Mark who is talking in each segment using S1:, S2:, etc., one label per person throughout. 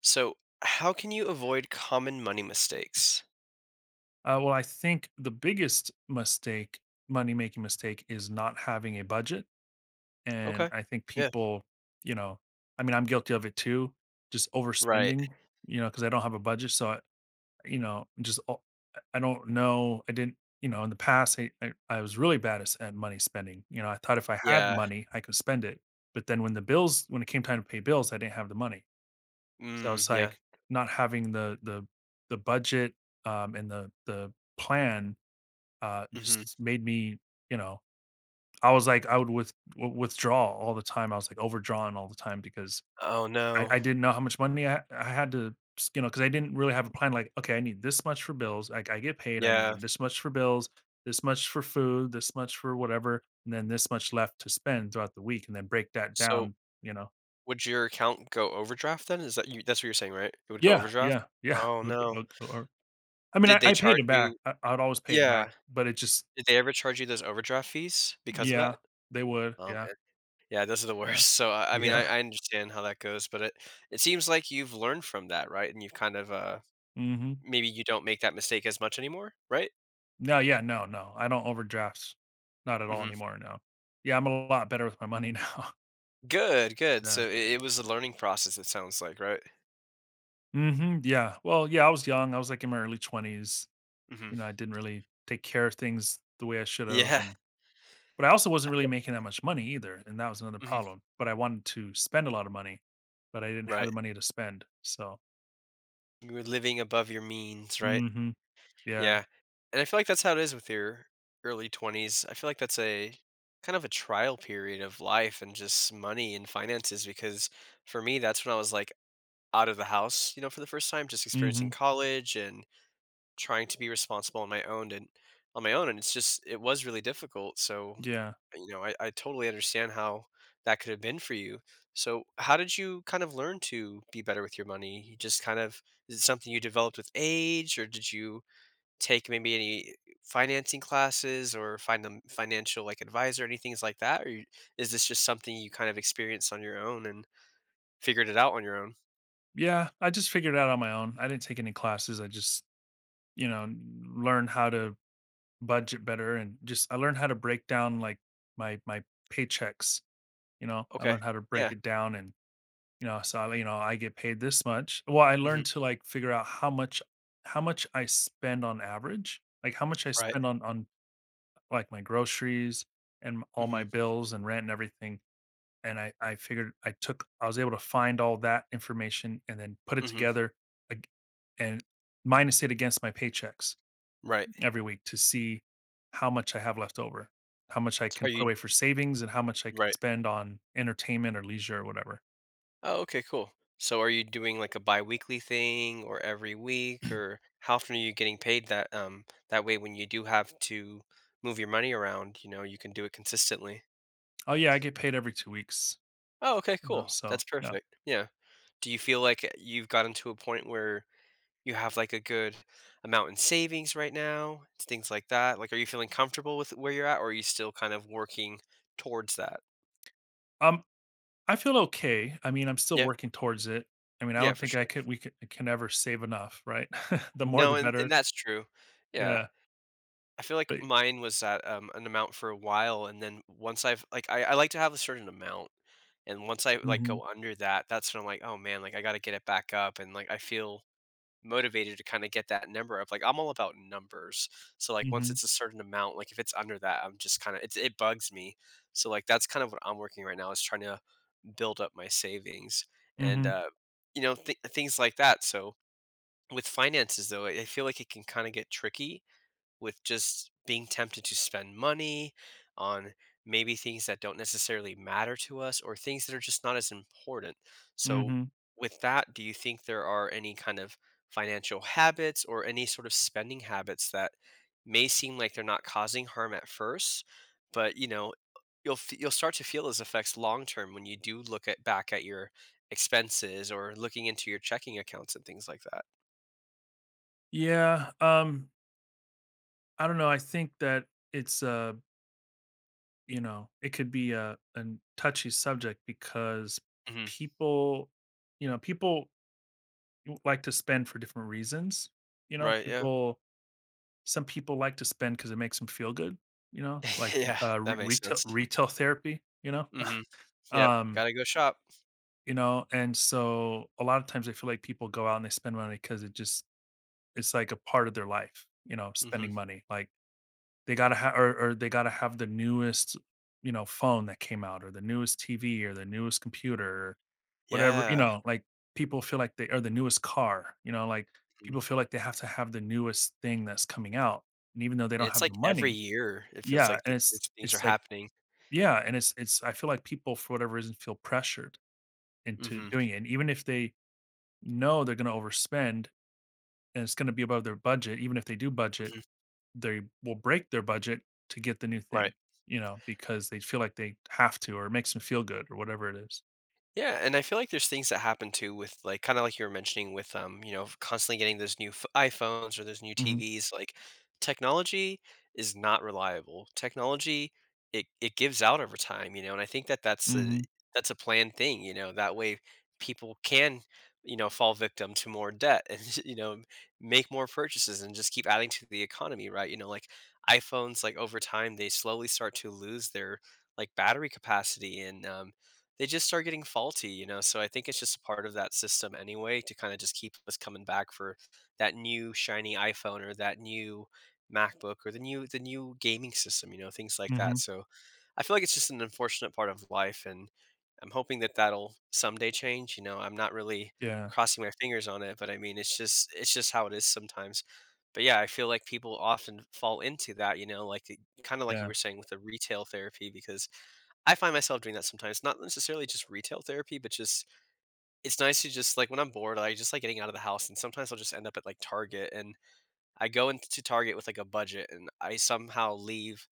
S1: So, how can you avoid common money mistakes?
S2: Well, I think the biggest mistake, money making mistake, is not having a budget. And
S1: Okay.
S2: I think
S1: Yeah.
S2: people, you know, I mean, I'm guilty of it too, just
S1: Right.
S2: overspending, you know, because I don't have a budget. So, you know, just, o- I don't know. I didn't, you know, in the past, I was really bad at, at money spending. You know, I thought if I had the
S1: Yeah.
S2: money, I could spend it. But then when the bills, when it came time to pay bills, I didn't have the money. So
S1: Mm,
S2: it's
S1: yeah.
S2: like not having the budget and the plan
S1: Hmm.
S2: just made me, you know, I was like, I would withdraw all the time. I was like overdrawn all the time because
S1: Oh
S2: I
S1: no.
S2: didn't know how much money I had to, you know, because I didn't really have a plan. Like, okay, I need this much for bills. Like, I get paid. I
S1: Yeah.
S2: need this much for bills, this much for food, this much for whatever, and then this much left to spend throughout the week, and then break that
S1: So,
S2: down. You know,
S1: would your account go overdraft then? Is that you? That's what you're saying, right? It would go
S2: yeah,
S1: overdraft.
S2: yeah, yeah.
S1: Oh
S2: it would get-
S1: no.
S2: look- Or, I mean,
S1: Did they
S2: I paid
S1: charge
S2: it back.
S1: you?
S2: I'd always pay it
S1: Yeah.
S2: back, but it just,
S1: Did they ever charge you those overdraft fees because of
S2: yeah,
S1: that?
S2: they would.
S1: Oh
S2: Yeah,
S1: man. Yeah, those are the
S2: yeah,
S1: worst. So I mean, I,
S2: yeah.
S1: I understand how that goes, but it seems like you've learned from that, right? And you've kind of
S2: hmm
S1: maybe you don't make that mistake as much anymore, right?
S2: No, yeah, no, no, I don't overdrafts, not at all
S1: Hmm.
S2: anymore, no. Yeah, I'm a lot better with my money now.
S1: Good, good. So
S2: Yeah.
S1: it was a learning process, it sounds like, right?
S2: Mhm, yeah. Well, yeah, I was young, I was, like, in my early 20s,
S1: Mhm.
S2: you know, I didn't really take care of things the way I should have,
S1: Yeah.
S2: and but I also wasn't really making that much money either, and that was another
S1: Mhm.
S2: problem, but I wanted to spend a lot of money, but I didn't have
S1: Right.
S2: the money to spend, so
S1: You were living above your means, right?
S2: mhm, yeah,
S1: Yeah. And I feel like that's how it is with your early 20s. I feel like that's a kind of a trial period of life and just money and finances because for me, that's when I was like out of the house, you know, for the first time, just experiencing
S2: mhm,
S1: college and trying to be responsible on my own and it's just, it was really difficult. So,
S2: yeah.
S1: you know, I totally understand how that could have been for you. So how did you kind of learn to be better with your money? You just kind of, is it something you developed with age, or did you take maybe any financing classes or find a financial like advisor, any things like that, or is this just something you kind of experienced on your own and figured it out on your own?
S2: Yeah, I just figured it out on my own, I didn't take any classes, I just, you know, learned how to budget better and just I learned how to break down, like, my paychecks, you know? I
S1: Okay.
S2: learned how to break
S1: Yeah.
S2: it down and, you know, so, I, you know, I get paid this much. Well, I
S1: Hmm.
S2: learned to, like, figure out how much I spend on average, like, how much I
S1: Right.
S2: spend on, like, my groceries and all my
S1: Hmm.
S2: bills and rent and everything, and I figured I took I was able to find all that information and then put it
S1: Hmm.
S2: together ag and minus it against my paychecks
S1: Right.
S2: every week to see how much I have left over, how much I
S1: Are
S2: can put
S1: you—
S2: away for savings, and how much I can
S1: right.
S2: spend on entertainment or leisure or whatever.
S1: Oh, okay, cool. So are you doing like a bi-weekly thing or every week, or how often are you getting paid that way, when you do have to move your money around, you know, you can do it consistently.
S2: Oh yeah, I get paid every 2 weeks.
S1: Oh, okay,
S2: You know,
S1: cool.
S2: so
S1: That's
S2: yeah.
S1: perfect. Yeah. Do you feel like you've gotten to a point where you have like a good amount in savings right now? Things like that. Like, are you feeling comfortable with where you're at, or are you still kind of working towards that?
S2: Um, I feel okay. I mean, I'm still
S1: Yeah.
S2: working towards it. I mean, I
S1: Yeah,
S2: don't
S1: for
S2: think I
S1: sure.
S2: could we could, can ever save enough, right? The more,
S1: No,
S2: the
S1: and
S2: better.
S1: that's true. Yeah.
S2: Yeah.
S1: I feel like
S2: But
S1: mine was at, an amount for a while, and then once I like to have a certain amount, and once I, like,
S2: hmm,
S1: go under that, that's when I'm like, "Oh, man, like, I gotta get it back up," and, like, I feel motivated to kinda get that number up, like, I'm all about numbers, so, like, once
S2: hmm,
S1: it's a certain amount, like, if it's under that, I'm just kinda, it bugs me, so, like, that's kind of what I'm working right now, is trying to build up my savings and,
S2: hmm,
S1: you know, th things like that, so with finances, though, I feel like it can kinda get tricky with just being tempted to spend money on maybe things that don't necessarily matter to us or things that are just not as important. So,
S2: hmm,
S1: with that, do you think there are any kind of financial habits or any sort of spending habits that may seem like they're not causing harm at first, but, you know, you'll start to feel those effects long term when you do look at back at your expenses or looking into your checking accounts and things like that.
S2: yeah. I don't know. I think that it's you know, it could be a touchy subject because
S1: Hmm.
S2: people, you know, people like to spend for different reasons. You know,
S1: Right. Yeah.
S2: people, some people like to spend because it makes them feel good. You know, like
S1: Yeah. That makes sense.
S2: retail therapy. You know,
S1: Mhm. Yep,
S2: um,
S1: gotta go shop.
S2: you know, and so a lot of times I feel like people go out and they spend money because it just it's like a part of their life. You know, spending
S1: Mhm.
S2: money like they gotta have, or they gotta have the newest, you know, phone that came out or the newest TV or the newest computer, or whatever, you
S1: Yeah,
S2: know, like, people feel like they or the newest car, you know, like,
S1: mhm,
S2: people feel like they have to have the newest thing that's coming out, and even though they
S1: and
S2: don't
S1: it's
S2: have the
S1: like every
S2: money.
S1: year, it feels
S2: Yeah,
S1: like
S2: and
S1: that
S2: it's
S1: these things are
S2: it's like
S1: happening.
S2: Yeah, and it's I feel like people, for whatever reason, feel pressured into
S1: Mhm,
S2: doing it, and even if they know they're gonna overspend and it's gonna be above their budget, even if they do budget
S1: mhm,
S2: they will break their budget to get the new thing,
S1: right.
S2: you know, because they feel like they have to or it makes them feel good or whatever it is.
S1: Yeah, and I feel like there's things that happen too, with like, kind of like you were mentioning with, you know, constantly getting those new iPhones or those new
S2: Mhm,
S1: TVs. Like, technology is not reliable. Technology, it gives out over time, you know, and I think that
S2: mhm,
S1: that's a planned thing, you know. That way people can, you know, fall victim to more debt and you know, make more purchases and just keep adding to the economy, right? You know, like iPhones, like, over time, they slowly start to lose their, like, battery capacity, and they just start getting faulty, you know? So I think it's just a part of that system anyway, to kind of just keep us coming back for that new shiny iPhone or that new MacBook or the new gaming system, you know, things like
S2: mhm.
S1: that. So I feel like it's just an unfortunate part of life, and I'm hoping that that'll someday change, you know. I'm not really
S2: Yeah,
S1: crossing my fingers on it, but I mean, it's just how it is sometimes. But yeah, I feel like people often fall into that, you know, like, kind of like you
S2: yeah.
S1: were saying with the retail therapy, because I find myself doing that sometimes, not necessarily just retail therapy, but just, it's nice to just, like, when I'm bored, I just like getting out of the house, and sometimes I'll just end up at like Target, and I go into Target with like a budget, and I somehow leave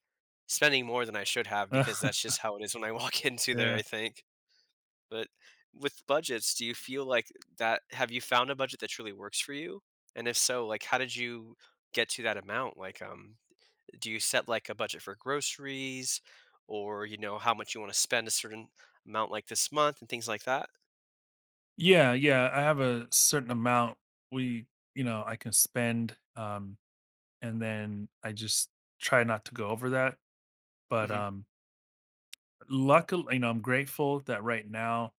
S1: spending more than I should have, because that's just how it is when I walk into there,
S2: Yeah.
S1: I think. But with budgets, do you feel like that? Have you found a budget that truly works for you? And if so, like, how did you get to that amount? Like, do you set like a budget for groceries, or, you know, how much you want to spend a certain amount, like, this month and things like that?
S2: Yeah, yeah, I have a certain amount we you know, I can spend, and then I just try not to go over that, but,
S1: Hmm.
S2: luckil you know, I'm grateful that right now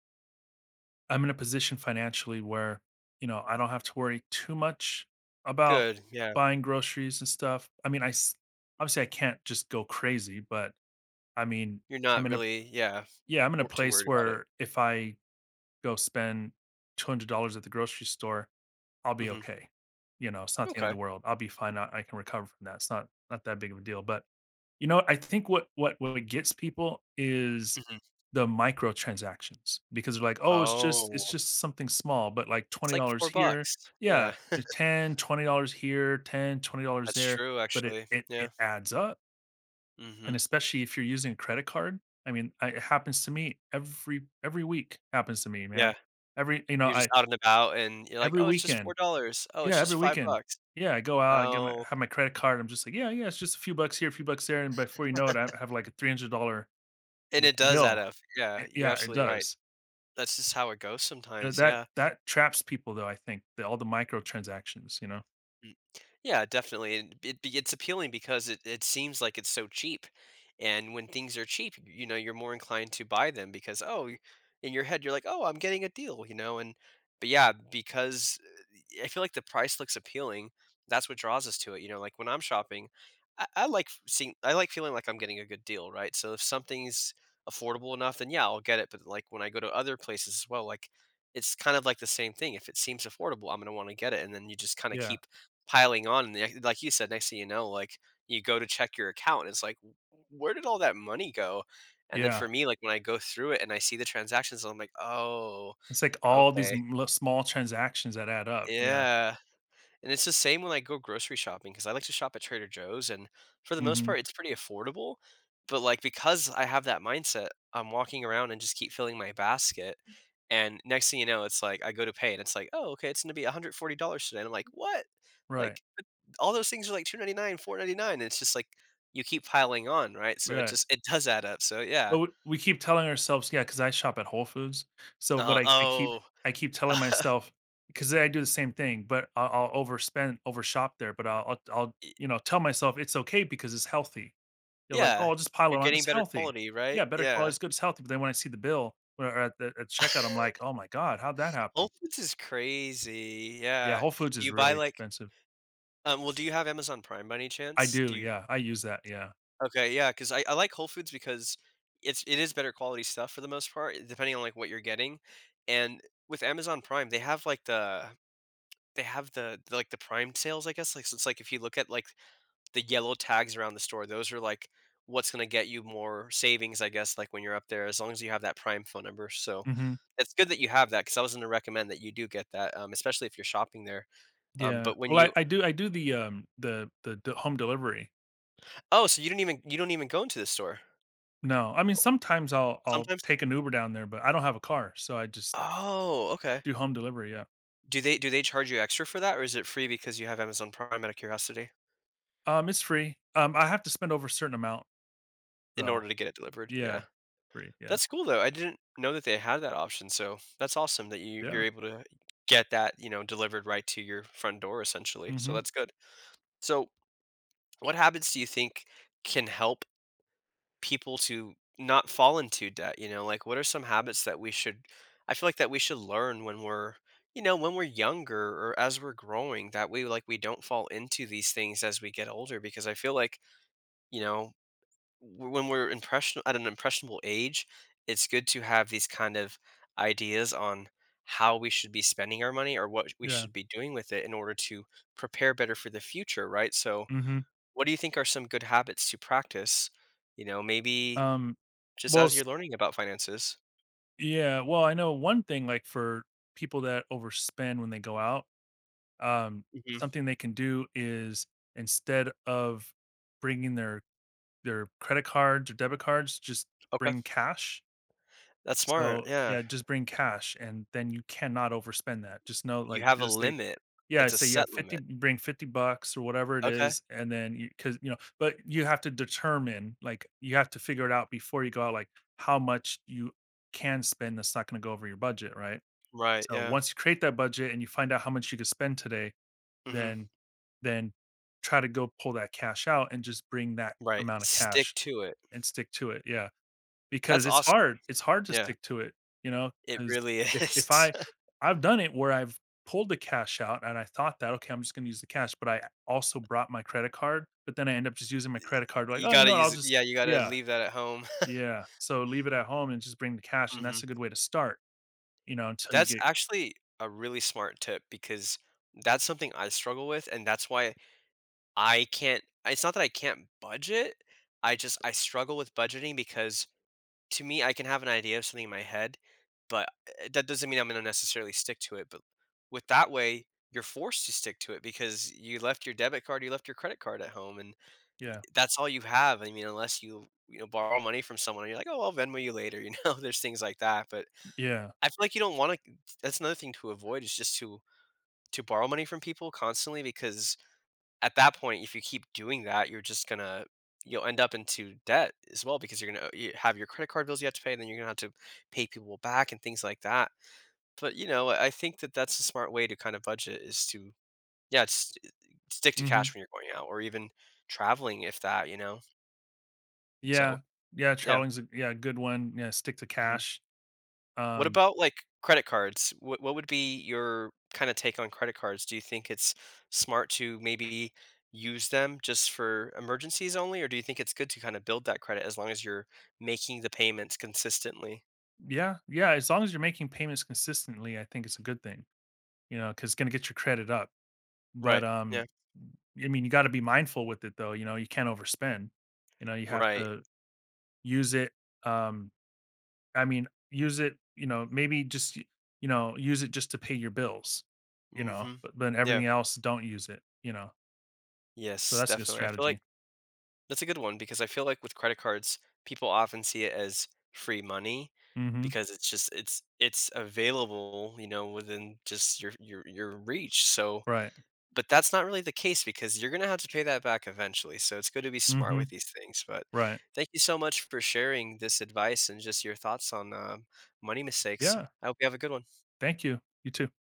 S2: I'm in a position financially where, you know, I don't have to worry too much about
S1: Good, yeah.
S2: buying groceries and stuff. I mean, obviously I can't just go crazy, but I mean,
S1: You're not
S2: I'm in a
S1: really, yeah,
S2: yeah, I'm in a
S1: too
S2: place
S1: worried about it.
S2: where if I go spend $200 at the grocery store, I'll be
S1: Hmm.
S2: okay. You know, it's not the end of the
S1: Okay.
S2: world. I'll be fine. I can recover from that. It's not not that big of a deal. But you know, I think what gets people is
S1: Hmm.
S2: the microtransactions because they're like, "Oh,
S1: Oh,
S2: it's just something small, but like
S1: it's like
S2: $20
S1: four
S2: here."
S1: bucks
S2: Yeah,
S1: Yeah.
S2: $10, $20 here, $10, $20
S1: That's
S2: there,
S1: true,
S2: but it
S1: actually.
S2: it
S1: Yeah.
S2: it adds up. And
S1: Hmm.
S2: especially if you're using a credit card. I mean, I it happens to me every week happens to me, man.
S1: Yeah,
S2: Every you know,
S1: you're just
S2: I
S1: out and about, and you're like,
S2: Every
S1: oh, it's just
S2: weekend.
S1: $4, oh,
S2: Yeah,
S1: it's just
S2: every
S1: five
S2: weekend.
S1: bucks
S2: Yeah, I go out, I get my
S1: Oh,
S2: have my credit card. I'm just like, yeah, yeah, it's just a few bucks here, a few bucks there. And before you know it, I have like a $300
S1: and it does add
S2: bill.
S1: up, yeah, you're
S2: Yeah, it
S1: absolutely right.
S2: does.
S1: That's just how it goes sometimes.
S2: That
S1: Yeah.
S2: that traps people though, I think, the all the microtransactions, you know?
S1: Mm. Yeah, definitely, and it's appealing, because it seems like it's so cheap, and when things are cheap, you know, you're more inclined to buy them, because, oh, in your head, you're like, "Oh, I'm getting a deal," you know, and, but yeah, because, I feel like the price looks appealing, that's what draws us to it, you know, like, when I'm shopping, I like feeling like I'm getting a good deal, right? So if something's affordable enough, then yeah, I'll get it, but, like, when I go to other places as well, like, it's kind of like the same thing, if it seems affordable, I'm gonna wanna get it, and then you just kinda
S2: Yeah,
S1: keep piling on, and, the, like you said, next thing you know, like, you go to check your account, and it's like, "W where did all that money go?" And then
S2: yeah.
S1: for me, like, when I go through it and I see the transactions, I'm like, "Oh,
S2: It's like all these
S1: okay."
S2: m li small transactions that add up, yeah.
S1: Yeah. And it's the same when I go grocery shopping, because I like to shop at Trader Joe's, and for the most
S2: Mhm.
S1: part, it's pretty affordable. But, like, because I have that mindset, I'm walking around and just keep filling my basket. And next thing you know, it's like I go to pay, and it's like, oh, okay, it's going to be $140 today. And I'm like, what?
S2: Right,
S1: Like, but all those things are like 2.99, 4.99. And it's just like you keep piling on, right? So
S2: right.
S1: it does add up. So yeah.
S2: But we keep telling ourselves yeah. Because I shop at Whole Foods, so but
S1: Oh.
S2: I keep telling myself because I do the same thing, but I'll overspend, overshop there, but I'll,
S1: Y-
S2: you know, tell myself it's okay because it's healthy. You're like, "Oh,
S1: yeah.
S2: I'll just pile it
S1: You're
S2: on,
S1: getting
S2: it's
S1: better
S2: healthy."
S1: quality, right?
S2: Yeah, better
S1: Yeah.
S2: quality is good, it's healthy, but then when I see the bill or at the at checkout, I'm like, "Oh my god, how'd that happen?"
S1: Whole Foods is crazy,
S2: Yeah,
S1: yeah.
S2: Whole Foods
S1: Do
S2: is
S1: you buy,
S2: really
S1: like,
S2: expensive.
S1: well, do you have Amazon Prime by any
S2: I
S1: chance? Do
S2: do,
S1: you
S2: yeah, I use that, yeah.
S1: Okay, yeah. Because I like Whole Foods, because it is better quality stuff for the most part, depending on, like, what you're getting, and with Amazon Prime, they have, like, they have the Prime sales, I guess, like, so it's, like, if you look at, like, the yellow tags around the store, those are, like, what's gonna get you more savings, I guess, like, when you're up there, as long as you have that Prime phone number, so
S2: Mhm,
S1: it's good that you have that. Because I was gonna recommend that you do get that, especially if you're shopping there.
S2: yeah.
S1: But when
S2: Well,
S1: you
S2: I do the d home delivery.
S1: Oh, so you didn't even, you don't even go into the store?
S2: No, I mean, sometimes I'll
S1: Sometimes
S2: take an Uber down there, but I don't have a car, so I just
S1: Oh, okay.
S2: do home delivery, yeah.
S1: Do they charge you extra for that, or is it free because you have Amazon Prime, out of curiosity?
S2: It's free. I have to spend over a certain amount,
S1: In
S2: though.
S1: order to get it delivered,
S2: Yeah,
S1: yeah.
S2: free, yeah,
S1: That's cool though, I didn't know that they had that option, so that's awesome that you
S2: yeah,
S1: you're able to get that, you know, delivered right to your front door essentially, so
S2: mhm,
S1: that's good. So, what habits do you think can help people to not fall into debt, you know? Like what are some habits that we should— I feel like that we should learn when we're, you know, when we're younger or as we're growing that we— like we don't fall into these things as we get older because I feel like, you know, when we're impression— at an impressionable age, it's good to have these kind of ideas on how we should be spending our money or what we
S2: yeah,
S1: should be doing with it in order to prepare better for the future, right? So,
S2: mhm.
S1: what do you think are some good habits to practice? You know, maybe
S2: Um,
S1: just
S2: well,
S1: as
S2: s
S1: you're learning about finances.
S2: Yeah, well, I know one thing, like, for people that overspend when they go out Um,
S1: Mhm.
S2: something they can do is instead of bringing their credit cards or debit cards, just
S1: Okay.
S2: bring cash.
S1: That's smart,
S2: So,
S1: yeah.
S2: yeah, just bring cash, and then you cannot overspend that. Just know,
S1: You
S2: like,
S1: have a
S2: just
S1: limit. It's a
S2: say yeah,
S1: set
S2: 50
S1: limit.
S2: bring 50 bucks or whatever it
S1: Okay.
S2: is, and then you because you know, but you have to determine, like, you have to figure it out before you go out, like, how much you can spend that's not gonna go over your budget, right?
S1: Right,
S2: So
S1: yeah.
S2: once you create that budget and you find out how much you can spend today,
S1: Mhm.
S2: than than try to go pull that cash out and just bring that
S1: Right.
S2: amount of
S1: Stick
S2: cash
S1: to it.
S2: and stick to it, yeah, because
S1: That's awesome.
S2: it's hard to
S1: Yeah.
S2: stick to it, you know.
S1: It
S2: Because
S1: really
S2: if
S1: is.
S2: I I've done it where I've pulled the cash out and I thought that, "Okay, I'm just gonna use the cash," but I also brought my credit card, but then I end up just using my credit card like,
S1: You
S2: "Oh, you know
S1: gotta
S2: what, I'll
S1: use—
S2: just."
S1: yeah, you gotta
S2: Yeah,
S1: leave that at home.
S2: yeah, so leave it at home and just bring the cash, and that's
S1: Mhm.
S2: a good way to start, you know, until you
S1: That's
S2: get
S1: actually a really smart tip because that's something I struggle with, and that's why I can't— it's not that I can't budget, I just— I struggle with budgeting because to me, I can have an idea of something in my head, but that doesn't mean I'm going to necessarily stick to it. But with that way, you're forced to stick to it because you left your debit card, you left your credit card at home, and
S2: yeah,
S1: that's all you have. I mean, unless you, you know, borrow money from someone, and you're like, oh, I'll Venmo you later. You know, there's things like that. But
S2: yeah,
S1: I feel like you don't want to. That's another thing to avoid is just to— to borrow money from people constantly because at that point, if you keep doing that, you're just gonna— you'll end up into debt as well because you're gonna you have your credit card bills you have to pay, and then you're gonna have to pay people back and things like that. But you know, I think that that's a smart way to kind of budget is to— yeah, it's, stick to cash
S2: mhm.
S1: when you're going out, or even traveling if that, you know. So
S2: Yeah. Yeah,
S1: yeah.
S2: childing's a yeah, good one. Yeah, stick to
S1: Mm-hmm.
S2: cash.
S1: What
S2: Um,
S1: about, like, credit cards? What would be your kinda take on credit cards? Do you think it's smart to maybe use them just for emergencies only, or do you think it's good to kinda build that credit as long as you're making the payments consistently?
S2: yeah, yeah, as long as you're making payments consistently, I think it's a good thing, you know, because it's gonna get your credit up. But,
S1: Right, yeah,
S2: I mean, you gotta be mindful with it though, you know, you can't overspend. You know, you have
S1: right,
S2: to use it, um, I mean, use it, you know, maybe just, y you know, use it just to pay your bills, you know,
S1: mhm,
S2: but then everything
S1: yeah,
S2: else, don't use it, you know? So
S1: yes,
S2: that's a good
S1: definitely. I feel like
S2: strategy.
S1: that's a good one because I feel like with credit cards, people often see it as free money
S2: Mhm.
S1: because it's just— it's available, you know, within just your your reach, so—
S2: Right.
S1: But that's not really the case because you're gonna have to pay that back eventually, so it's good to be smart with
S2: Mhm.
S1: these things, but
S2: Right.
S1: thank you so much for sharing this advice and just your thoughts on, money mistakes.
S2: Yeah.
S1: I hope you have a good one.
S2: Thank you. You too.